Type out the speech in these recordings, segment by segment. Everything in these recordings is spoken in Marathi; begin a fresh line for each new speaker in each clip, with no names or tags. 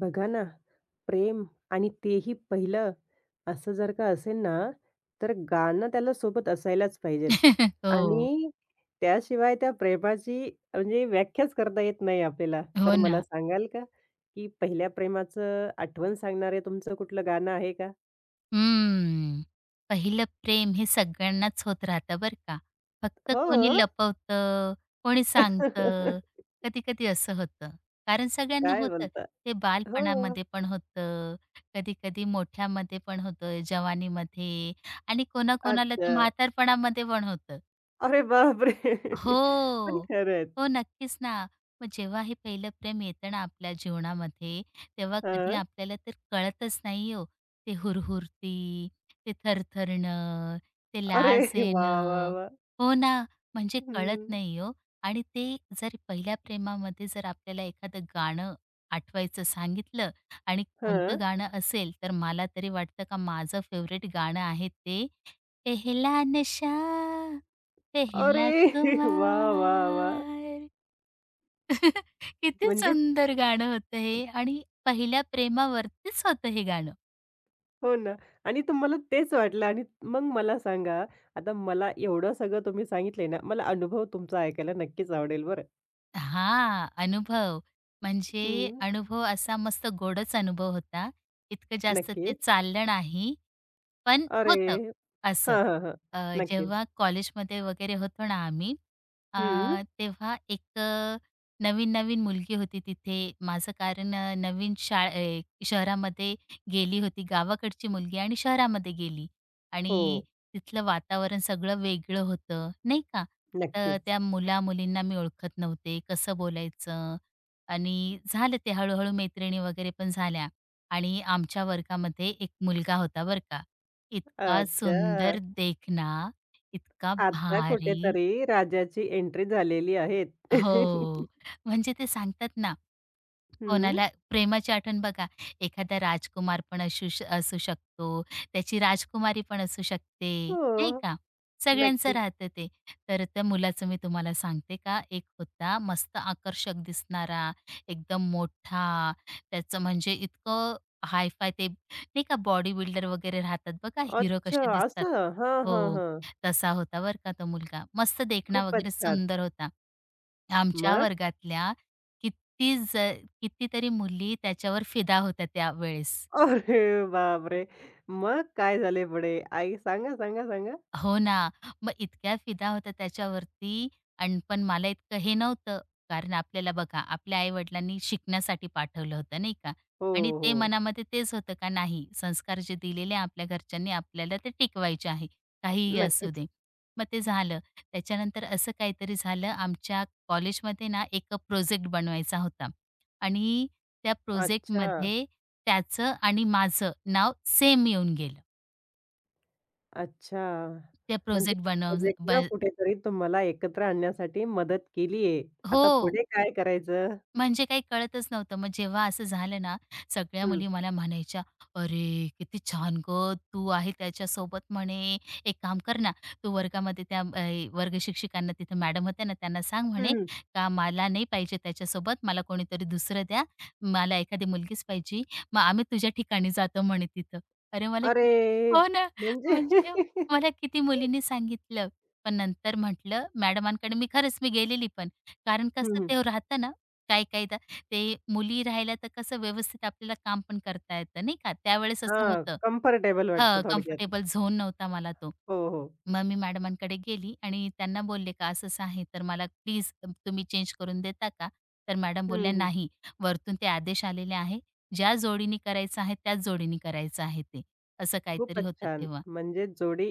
बघा ना, प्रेम आणि तेही पहिलं असं जर का असेल ना, तर गाणं त्याला सोबत असायलाच पाहिजेत
हो.
आणि त्याशिवाय त्या प्रेमाची म्हणजे व्याख्याच करता येत नाही आपल्याला. तर
हो
मला
ना.
सांगाल का, की पहिल्या प्रेमाचं आठवण सांगणारे तुमचं कुठलं गाणं आहे का?
हम्म. पहिलं प्रेम हे सगळ्यांनाच होत राहतं बरं का. फक्त
हो.
कोणी लपवतं, कोणी सांगतं, कधी-कधी असं होतं. कारण सगळ्यांना
काय
होतं.
बोलता?
ते
हो.
बालपणामध्ये पण होतं, कधी-कधी मोठ्यामध्ये पण होतं, जवानीमध्ये आणि कोणाकोणाला तर
अच्छा.
म्हातारपणामध्ये पण होतं.
अरे बापरे! पण
हो.
खरंच.
हो, नक्कीच ना. मग जेव्हा हे पहिलं प्रेम येतं ना आपल्या जीवनामध्ये, तेव्हा कधी
हां.
आपल्याला तर कळतच नाही हो. ते हुरहुरती, ते थरथरणं, ते
अरे
लाज
वाह, वाह,
येणं
वाह!
हो ना, म्हणजे कळत
हं.
नाही हो. आणि ते जर पहिल्या प्रेमामध्ये जर आपल्याला एखादं गाणं आठवायचं सांगितलं आणि
हां.
कोणतं गाणं असेल, तर मला तरी वाटतं का माझं फेव्हरेट गाणं आहे ते पहला नशा, पहला
अरे! वा वा वा
खुमार. किती
म्हणजे
सुंदर गाणं होतं हे आणि पहिल्या प्रेमावरतीच होतं हे गाणं.
हो ना. आणि तुम्हाला तेच वाटलं आणि मग मला सांगा, आता मला एवढं सगळं तुम्ही सांगितलंय ना, मला अनुभव तुमचा ऐकायला नक्कीच आवडेल बरं.
हां, अनुभव. म्हणजे
हं.
अनुभव असा मस्त गोडच अनुभव होता. इतकं जास्त ते
नक्कीच.
चाललं नाही पण
अरे!
होतं असं.
हां, हां, हां.
अ,
नक्कीच.
जेव्हा कॉलेजमध्ये वगैरे होतो ना आम्ही, अ,
हं.
तेव्हा एक नवीन-नवीन मुलगी होती तिथे. माझं कारण नवीन ए शहरामध्ये गेली होती. गावाकडची मुलगी आणि शहरामध्ये गेली आणि
हो.
तिथलं वातावरण सगळं वेगळं होतं, नाही का? आता
नक्कीच.
त्या मुला-मुलींना मी ओळखत नव्हते, कसं बोलायचं आणि झालं ते हळू मैत्रिणी वगैरे पण झाल्या आणि आमच्या वर्गामध्ये एक मुलगा होता बरं का. इतका
अच्छा.
सुंदर देखना, इतका
आता
भारी
कुठेतरी राजाची एंट्री झालेली आहे. हं.
हो. म्हणजे ते सांगतात ना, कोणाला प्रेमाची आठवण बघा, एखादा राजकुमार पण असू शकतो, त्याची राजकुमारी पण असू शकते,
हो.
नाही का? सगळ्यांचं
नक्कीच.
राहतं ते. तर त्या मुलाचं मी तुम्हाला सांगते का, एक होता मस्त आकर्षक दिसणारा, एकदम मोठा, त्याचं म्हणजे इतकं हाय ते नाही का बॉडी बिल्डर वगैरे राहतात बघा, हिरो
अच्छा
कसे दिसतात.
असं. हां, हां,
हो,
हां.
तसा होता बरं का तो मुलगा. मस्त देखणा
खूपच
वगैरे
छान.
सुंदर होता. आमच्या
मग?
वर्गातल्या किती ज कितीतरी मुली त्याच्यावर फिदा होत्या त्यावेळेस.
अरे बापरे! मग काय झाले पुढे? आई सांगा, सांगा, सांगा?
हो ना. मग इतक्या फिदा होत्या त्याच्यावरती आणि पण मला इतकं हे नव्हतं. कारण आपल्याला बघा, आपल्या आई-वडिलांनी शिकण्यासाठी पाठवलं होतं, नाही का?
हो,
आणि ते
हो.
मनामध्ये तेच होतं का नाही, संस्कार जे दिलेले आहे आपल्या घरच्यांनी आपल्याला ते टिकवायचे आहे, काहीही असू
नक्कीच.
दे. मग ते झालं. त्याच्यानंतर असं काहीतरी झालं आमच्या कॉलेजमध्ये ना एक प्रोजेक्ट बनवायचा होता आणि त्या
अच्छा,
प्रोजेक्टमध्ये त्याचं आणि माझं नाव सेम येऊन गेलं.
अच्छा.
त्या
म्हणजे
प्रोजेक्ट बनव
प्रोजेक्टला
ब
कुठेतरी तुम्हाला एकत्र आणण्यासाठी मदत केली आहे. आता
हो.
पुढे काय करायचं?
म्हणजे काही कळतच नव्हतं. मग जेव्हा असं झालं ना, सगळ्या
हं.
मुली मला म्हणायच्या, "अरे, किती छान गं तू आहे त्याच्यासोबत." म्हणे, "एक काम कर ना, तू वर्गामध्ये त्या वर्ग शिक्षिकांना तिथे मॅडम होत्या ना, त्यांना सांग
हं,
म्हणे
हं.
का मला नाही पाहिजे त्याच्यासोबत, मला कोणीतरी दुसरं द्या. मला एखादी मुलगीच पाहिजे. मग आम्ही तुझ्या ठिकाणी जातो" म्हणे तिथं. अरे मला किती
अरे!
हो ना,
म्हणजे
म्हणजे मला किती मुलींनी सांगितलं. पण नंतर म्हटलं मॅडमांकडे मी गेलेली पण. कारण
हं,
कसं
हं.
ते राहतं ना काही-काही तर ते मुली राहिल्या तर कसं व्यवस्थित आपल्याला काम पण करता येतं, नाही का? त्यावेळेस असं
हां,
होतं.
कम्फर्टेबल वाटतं
हं,
थोडक्यात.
कम्फर्टेबल झोन नव्हता मला तो.
हो, हो.
मग मी मॅडमांकडे गेली आणि त्यांना बोलले का असं-असं आहे, तर मला प्लीज तुम्ही चेंज करून देता का? तर मॅडम
हं,
बोलल्या,
हं.
"नाही, वरतून ते आदेश आलेले आहे. ज्या जोडीनी करायचं आहे त्याच जोडीनी करायचं आहे ते." असं काहीतरी
खूपच
होतं
छान.
तेव्हा.
म्हणजे जोडी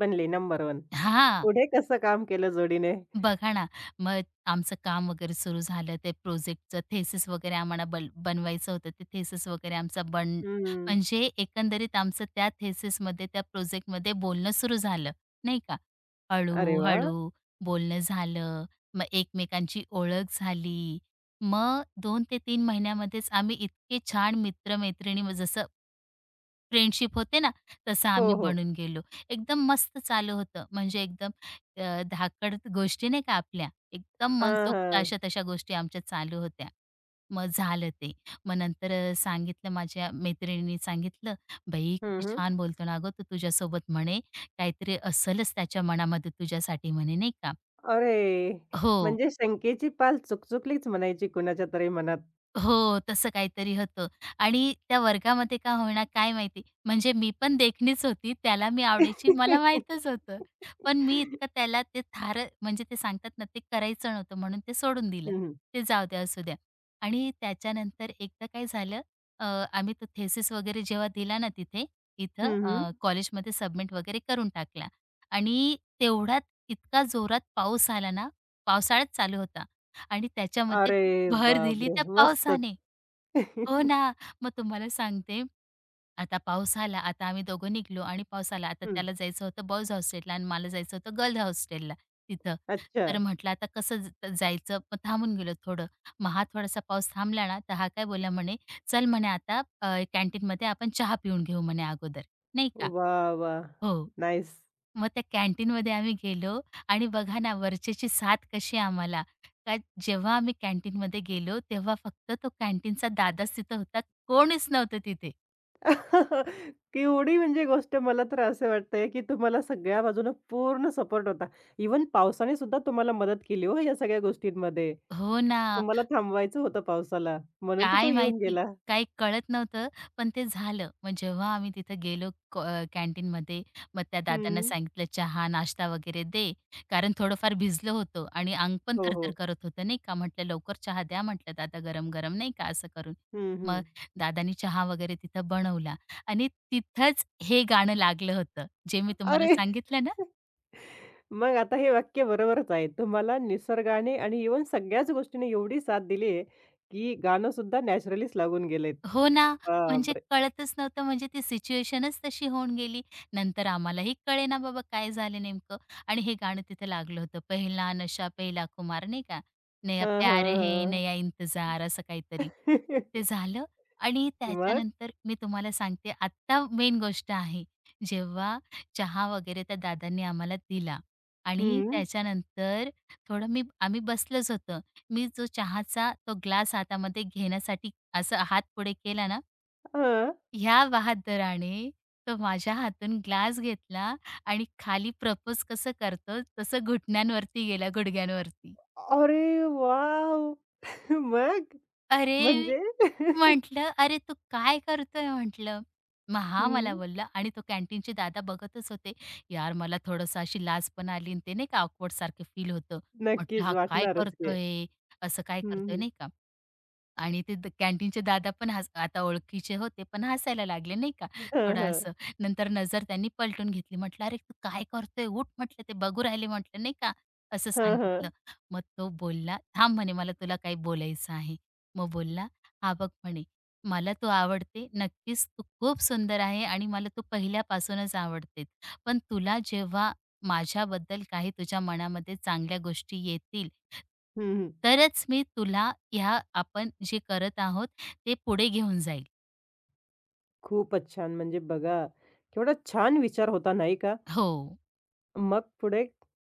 बनली नंबर वन,
हां.
पुढे कसं काम केलं जोडीने?
बघा ना, मग आमचं काम वगैरे सुरू झालं. ते प्रोजेक्टचं थेसिस वगैरे आम्हाला बनवायचं होतं. ते थेसिस वगैरे आमचा बन
हं.
म्हणजे एकंदरीत आमचं त्या थेसिसमध्ये, त्या प्रोजेक्टमध्ये बोलणं सुरू झालं, नाही का.
अरे वाह!
हळू-हळू बोलणं झालं, मग एकमेकांची ओळख झाली. मग 2 ते 3 महिन्यामध्येच आम्ही इतके छान मित्र जसं फ्रेंडशिप होते ना, तसं
हो,
आम्ही
हो.
बनून गेलो. एकदम मस्त चालू होतं. म्हणजे एकदम धाकड गोष्टी नाही का आपल्या, एकदम
हां,
मनसोक्त
हां.
अशा तशा गोष्टी आमच्या चालू होत्या. मग झालं ते. मग नंतर सांगितलं माझ्या मैत्रिणीने सांगितलं, "बाई
हं,
किती
हं.
छान बोलतो ना गं तो तुझ्यासोबत." म्हणे, "काहीतरी असलच त्याच्या मनामध्ये तुझ्यासाठी." म्हणे नाही का.
अरे!
हो.
म्हणजे शंकेची पाल चुकचुकलीच म्हणायची कुणाच्या तरी मनात.
हो, तसं काहीतरी होतं आणि त्या वर्गामध्ये का होईना काय माहिती, म्हणजे मी पण देखणीच होती, त्याला मी आवडायची मला माहीतच होतं. पण मी इतकं त्याला ते थारं म्हणजे ते सांगतात ना, ते करायचं नव्हतं म्हणून ते सोडून
हं,
दिलं.
हं.
ते जाऊ द्या, असू द्या. आणि त्याच्यानंतर एकदा काय झालं, अ, आम्ही तो थेसिस वगैरे जेव्हा दिला ना तिथे, इथं
हं, हं.
कॉलेजमध्ये सबमिट वगैरे करून टाकला आणि तेवढ्यात इतका जोरात पाऊस आला ना, पावसाळाच चालू होता. आणि त्याच्यामध्ये
अरे
भर दिली
बापरे!
त्या
मस्तच.
पावसाने. हो ना. मग तुम्हाला सांगते, आता पाऊस आला, आता आम्ही दोघं निघालो आणि पाऊस आला. आता
हं.
त्याला जायचं होतं बॉयज हॉस्टेलला आणि मला जायचं होतं गर्ल हॉस्टेलला तिथं.
अच्छा.
तर म्हटलं आता कसं जायचं? मग थांबून गेलो थोडं. मग हा थोडासा पाऊस थांबला ना, तर हा काय बोलला म्हणे, "चल म्हणे आता कॅन्टीनमध्ये आपण चहा पिऊन घेऊ म्हणे अगोदर." नाही का?
वाह, वाह!
हो.
नाईस.
मग त्या कॅन्टीनमध्ये आम्ही गेलो आणि बघा ना वरचेची साथ कशी आम्हाला. का जेव्हा आम्ही कॅन्टीनमध्ये गेलो, तेव्हा फक्त तो कॅन्टीनचा दादाच तिथं होता. कोणीच नव्हतं तिथे.
केवढी म्हणजे गोष्ट मला तर असं वाटतंय, की तुम्हाला सगळ्या बाजूनं पूर्ण सपोर्ट होता. इवन पावसाने सुद्धा तुम्हाला मदत केली हो या सगळ्या गोष्टींमध्ये.
हो ना.
तुम्हाला थांबवायचं होतं पावसाला, म्हणून तर तो
काय
येऊन
माहिती?
गेला.
काही कळत नव्हतं, पण ते झालं. मग जेव्हा आम्ही तिथं गेलो कॅन्टीनमध्ये, मग त्या दादांना
हं.
सांगितलं चहा, नाश्ता वगैरे दे. कारण थोडंफार भिजलो होतो आणि अंग पण
हो,
थरथर
हो.
करत होतं, नाही का. म्हटलं, "लवकर चहा द्या," म्हटलं, "दादा, गरम-गरम," नाही का, असं करून.
हं,
मग
हं.
दादांनी चहा वगैरे तिथं बनवला आणि तिथंच हे गाणं लागलं होतं, जे मी तुम्हाला
अरे!
सांगितलं ना.
मग आता हे वाक्य बरोबरच आहे. तुम्हाला निसर्गाने आणि इव्हन सगळ्याच गोष्टीने एवढी साथ दिली आहे, की गाणं सुद्धा नॅचरलीच लागून गेलंय.
हो ना, म्हणजे
बापरे!
कळतच नव्हतं म्हणजे ती सिच्युएशनच तशी होऊन गेली. नंतर आम्हालाही कळेना बाबा काय झालं नेमकं आणि हे गाणं तिथे लागलं होतं. पहिला नशा पहिला कुमार नाही का? "नया
हां, हां,
प्यार हे
हां.
नया इंतजार" असं काहीतरी. ते झालं आणि
मग?
त्याच्यानंतर मी तुम्हाला सांगते आत्ता मेन गोष्ट आहे. जेव्हा चहा वगैरे त्या दादांनी आम्हाला दिला आणि
हं.
त्याच्यानंतर थोडं आम्ही बसलोच होतो. मी जो चहाचा तो ग्लास हातामध्ये घेण्यासाठी असं हात पुढे केला ना,
हां.
ह्या बहादराने तो माझ्या हातून ग्लास घेतला आणि खाली प्रपोज कसं करतो तसं घुटण्यांवरती गेला, गुडघ्यांवरती.
अरे वाव मग?
अरे
म्हणजे?
म्हटलं, "अरे, तू काय करतोय?" म्हटलं. मग "हां" मला
हं.
बोलला आणि तो कॅन्टीनचे दादा बघतच होते. यार, मला थोडंसं अशी लाज पण आली आणि ते नाही का ऑकवर्ड सारखं फील होतं. म्हटलं,
नक्कीच
"हा काय
वाटणारच की.
करतोय? असं काय
हं,
करतोय?"
हं.
नाही का. आणि ते कॅन्टीनचे दादा पण आता ओळखीचे होते, पण हसायला लागले नाही का
हं,
थोडं
हं.
असं. नंतर नजर त्यांनी पलटून घेतली. म्हटलं, "अरे, तू काय करतोय? उठ," म्हटलं, "ते बघू राहिले," म्हटलं, नाही का, असं
हं,
सांगितलं.
हं.
मग तो बोलला, "थांब," म्हणे, "मला तुला काही बोलायचं आहे." मग बोलला हा बघ म्हणे, "मला तू आवडते. नक्कीच तू खूप सुंदर आहे आणि मला तू पहिल्यापासूनच आवडते. पण तुला जेव्हा माझ्याबद्दल काही तुझ्या मनामध्ये चांगल्या गोष्टी येतील,
हं, हं.
तरच मी तुला ह्या आपण जे करत आहोत, ते पुढे घेऊन जाईल."
खूपच छान. म्हणजे बघा, केवढा छान विचार होता नाही का?
हो.
मग पुढे?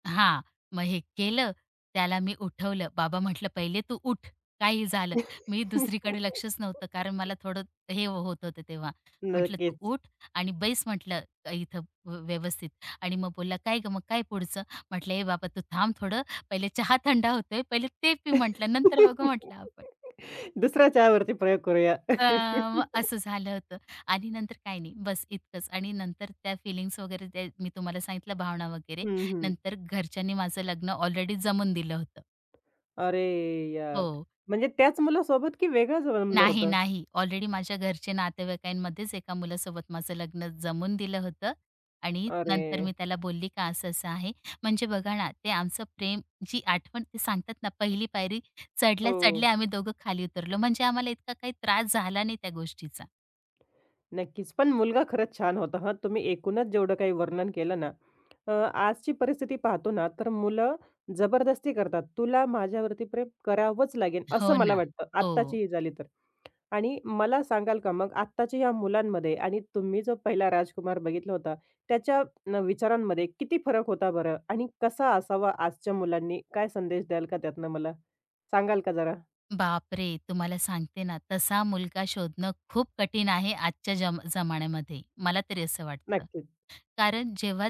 हां. मग हे केलं, त्याला मी उठवलं. बाबा म्हटलं, "पहिले तू उठ, काही झालं." मी दुसरीकडे लक्षच नव्हतं, कारण मला थोडं हे होत होतं तेव्हा. म्हटलं, "तू
नक्कीच.
उठ आणि बैस," म्हटलं, "इथं व्यवस्थित." आणि मग बोलला, "काय गं, मग काय पुढचं?" म्हटलं, "ए बाबा, तू थांब थोडं. पहिले चहा थंड होतोय, पहिले ते पी," म्हटलं, "नंतर बघू," म्हटलं, "आपण."
दुसऱ्या चहावरती प्रयोग करूया.
अ, मग असं झालं होतं आणि नंतर काही नाही, बस इतकंच आणि नंतर त्या फिलिंग्स वगैरे ते मी तुम्हाला सांगितलं भावना वगैरे.
हं, हं.
नंतर घरच्यांनी माझं लग्न ऑलरेडी जमवून दिलं होतं.
अरे यार!
हो.
म्हणजे त्याच मुलासोबत की वेगळंच बनलं
नाही,
होतं?
नाही. ऑलरेडी माझ्या घरचे नातेवाईकांमध्येच एका मुलासोबत माझं लग्न जमवून दिलं होतं आणि
अरे!
नंतर मी त्याला बोलली का असं-असं आहे. म्हणजे बघा ना, ते आमचं प्रेम जी आठवण ते सांगतात ना, पहिली पायरी
हो.
चढल्या-चढल्या आम्ही दोघं खाली उतरलो. म्हणजे आम्हाला इतका काही त्रास झाला नाही त्या गोष्टीचा.
नक्कीच. पण मुलगा खरंच छान होता हां. तुम्ही एकूणच जेवढं काही वर्णन केलं ना, आजची परिस्थिती पाहतो ना, तर मुलं जबरदस्ती करतात. तुला माझ्यावरती प्रेम करावंच लागेल,
हो
असं मला
ना.
वाटतं
हो.
आत्ताची ही झाली तर. आणि मला सांगाल का मग आत्ताच्या या मुलांमध्ये आणि तुम्ही जो पहिला राजकुमार बघितला होता, त्याच्या विचारांमध्ये किती फरक होता बरं? आणि कसा असावा आजच्या मुलांनी? काय संदेश द्याल का त्यातनं मला? सांगाल का जरा?
बापरे! तुम्हाला सांगते ना, तसा मुलगा शोधणं खूप कठीण आहे आजच्या जमान्यामध्ये. मला तरी असं वाटतं.
नक्कीच.
कारण जेव्हा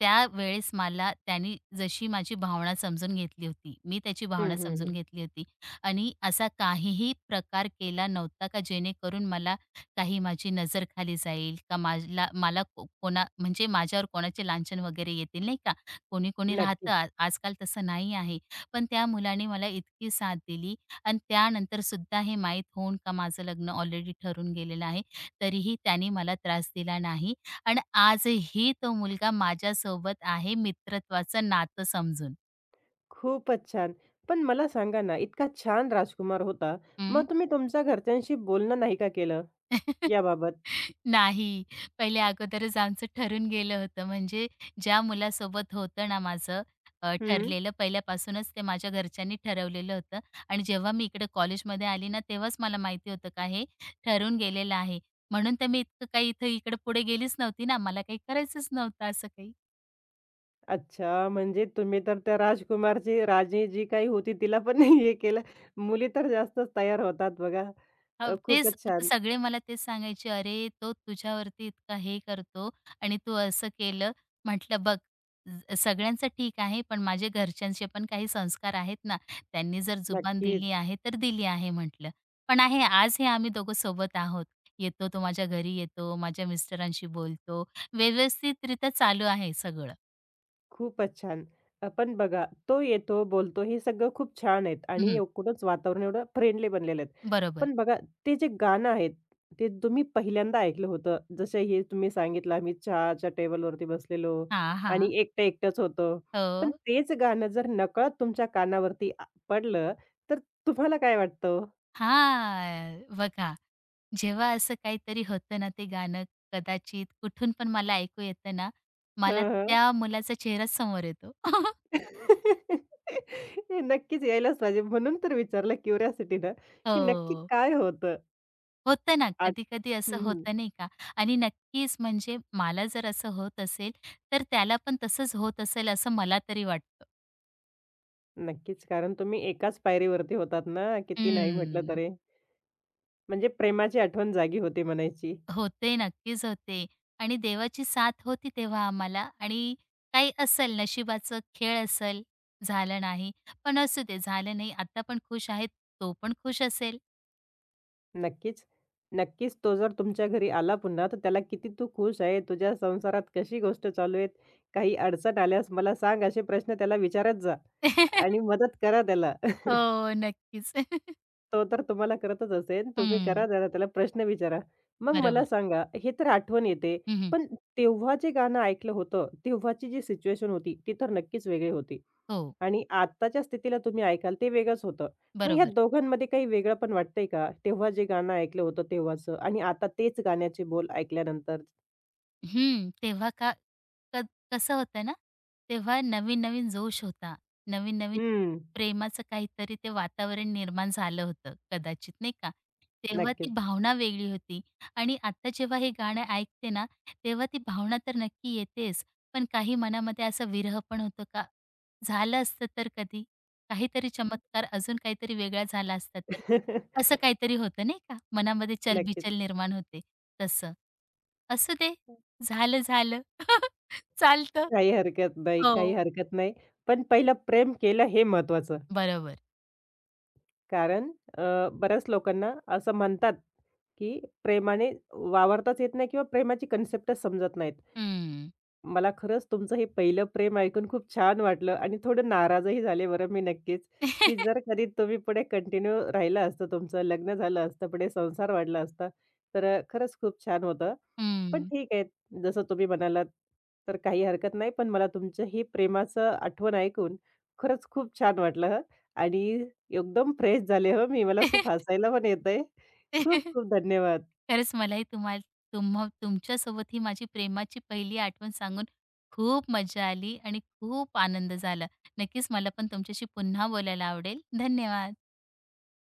त्यावेळेस मला त्याने जशी माझी भावना समजून घेतली होती, मी त्याची
हं,
भावना
हं,
समजून
हं.
घेतली होती आणि असा काहीही प्रकार केला नव्हता का जेणेकरून मला काही माझी नजर खाली जाईल का मला मला कोणा म्हणजे माझ्यावर कोणाचे लांछन वगैरे येतील नाही का. कोणी-कोणी राहतं
नक्कीच.
आजकाल तसं नाही आहे. पण त्या मुलाने मला इतकी साथ दिली आणि त्यानंतर सुद्धा हे माहीत होऊन का माझं लग्न ऑलरेडी ठरून गेलेलं आहे, तरीही त्याने मला त्रास दिला नाही आणि आजही तो मुलगा माझ्यासोबत आहे मित्रत्वाचं नातं समजून.
खूपच छान. पण मला सांगा ना, इतका छान राजकुमार होता,
हं.
मग तुम्ही तुमच्या घरच्यांशी बोलणं नाही का केलं याबाबत?
नाही. पहिले अगोदरच आमचं ठरून गेलं होतं. म्हणजे ज्या मुलासोबत होतं ना माझं
हं.
ठरलेलं पहिल्यापासूनच ते माझ्या घरच्यांनी ठरवलेलं होतं आणि जेव्हा मी इकडे कॉलेजमध्ये आली ना, तेव्हाच मला माहिती होतं का हे ठरून गेलेलं आहे. म्हणून तर मी इतकं काही इथं इकडे पुढे गेलीच नव्हती ना. मला काही करायचंच नव्हतं असं काही.
अच्छा, म्हणजे तुम्ही तर त्या राजकुमारची राणी जी काही होती तिला पण हे केलं. मुली तर जास्तच तयार होतात बघा.
हो, तेच
खूपच छान.
सगळे मला तेच सांगायचे, "अरे, तो तुझ्यावरती इतका हे करतो आणि तू असं केलं." म्हटलं, "बघ, सगळ्यांचं ठीक आहे, पण माझ्या घरच्यांचे पण काही संस्कार आहेत ना. त्यांनी जर जुबान
नक्कीच.
दिली आहे, तर दिली आहे," म्हटलं. "पण आहे, आज हे आम्ही दोघं सोबत आहोत. येतो, तो माझ्या घरी येतो, माझ्या मिस्टरांशी बोलतो. व्यवस्थितरित्या चालू आहे सगळं."
खूपच छान. पण बघा तो येतो, बोलतो हे सगळं खूप छान आहेत आणि
हं,
एकूणच वातावरण एवढं फ्रेंडली बनलेलं आहे.
बरोबर.
पण बघा ते जे गाणं आहे, ते तुम्ही पहिल्यांदा ऐकलं होतं. जसं हे तुम्ही सांगितलं आम्ही चहाच्या टेबलवरती बसलेलो
हां,
आणि
हां.
एकटं-एकटंच होतो. पण
हो.
तेच गाणं जर नकळत तुमच्या कानावरती पडलं, तर तुम्हाला काय वाटतं
हां, बघा. जेव्हा असं काहीतरी होतं ना, ते गाणं कदाचित कुठून पण मला ऐकू येतं ना, मला
हं, हं.
त्या मुलाचा चेहराच समोर येतो.
हे नक्कीच यायलाच पाहिजे म्हणून तर विचारलं क्युरिओसिटीनं, की नक्की
हो.
काय होतं?
होतं ना,
आठ
कधी-कधी असं होतं नाही का? आणि नक्कीच म्हणजे मला जर असं होत असेल, तर त्याला पण तसंच होत असेल असं मला तरी वाटतं.
नक्कीच. कारण तुम्ही एकाच पायरीवरती होतात ना, किती नाही म्हटलं
हं.
तरी. म्हणजे प्रेमाची आठवण जागी होते म्हणायची.
होते, नक्कीच होते. आणि देवाची साथ होती तेव्हा आम्हाला आणि काही असेल नशिबाचं खेळ असेल, झालं नाही. पण असू दे, झालं नाही. आता पण खुश आहे, तो पण खुश असेल.
नक्कीच. नक्कीच तो जर तुमच्या घरी आला पुन्हा, तर त्याला किती तू खुश आहे? तुझ्या संसारात कशी गोष्ट चालू आहेत? काही अडचण आल्यास मला सांग, असे प्रश्न त्याला विचारत जा आणि मदत करा त्याला.
हो, नक्कीच.
तो तर तुम्हाला करतच असेल. तुम्ही करा
हं,
जरा त्याला प्रश्न विचारा. मग मला
बरोबर.
सांगा, हे तर आठवण येते,
हं,
पण तेव्हा जे गाणं ऐकलं होतं, तेव्हाची जी सिच्युएशन होती, ती तर नक्कीच वेगळी होती.
हो,
आणि आत्ताच्या स्थितीला तुम्ही ऐकाल ते वेगळंच होतं. मग ह्या
बरोबर.
दोघांमध्ये काही वेगळंपण वाटतंय का? तेव्हा जे गाणं ऐकलं होतं तेव्हाचं आणि आता तेच गाण्याचे बोल ऐकल्यानंतर?
हं, तेव्हा का क कसं होतं ना, तेव्हा नवीन-नवीन जोश होता. नवीन-नवीन
हं.
प्रेमाचं काहीतरी ते वातावरण निर्माण झालं होतं कदाचित, नाही का? तेव्हा ती
नक्कीच.
भावना वेगळी होती आणि आता जेव्हा हे गाणं ऐकते ना, तेव्हा ती भावना तर नक्की येतेच, पण काही मनामध्ये असा विरह पण होतो का? झालं असतं तर कधी? काहीतरी चमत्कार अजून काहीतरी वेगळा झाला असता तर? असं काहीतरी होतं नाही का? मनामध्ये
नक्कीच.
चलबिचल निर्माण होते, तसं. असू दे झालं, झालं. चालतं.
काही हरकत नाही,
हो,
काही हरकत नाही. पण पहिलं प्रेम केलं हे महत्त्वाचं.
बरोबर.
कारण बऱ्याच लोकांना असं म्हणतात, की प्रेमाने वावरताच येत नाही किंवा प्रेमाची कन्सेप्टच समजत नाहीत.
हं.
मला खरंच तुमचं हे पहिलं प्रेम ऐकून खूप छान वाटलं आणि थोडं नाराजही झाले बरं मी नक्कीच, की जर कधी तुम्ही पुढे कंटिन्यू राहिलं असतं तुमचं, लग्न झालं असतं, पुढे संसार वाढला असता, तर खरंच खूप छान होतं. पण
हं.
ठीक आहे, जसं तुम्ही म्हणालात, तर काही हरकत नाही. पण मला तुमचं हे प्रेमाचं आठवण ऐकून खरंच खूप छान वाटलं हं आणि एकदम फ्रेश झाले हो मी. मला खूप हसायला पण येतंय. खूप खूप धन्यवाद.
खरंच मलाही तुम्हा तुम्हा तुमच्यासोबत ही माझी प्रेमाची पहिली आठवण सांगून खूप मजा आली आणि खूप आनंद झाला. नक्कीच मला पण तुमच्याशी पुन्हा बोलायला आवडेल. धन्यवाद.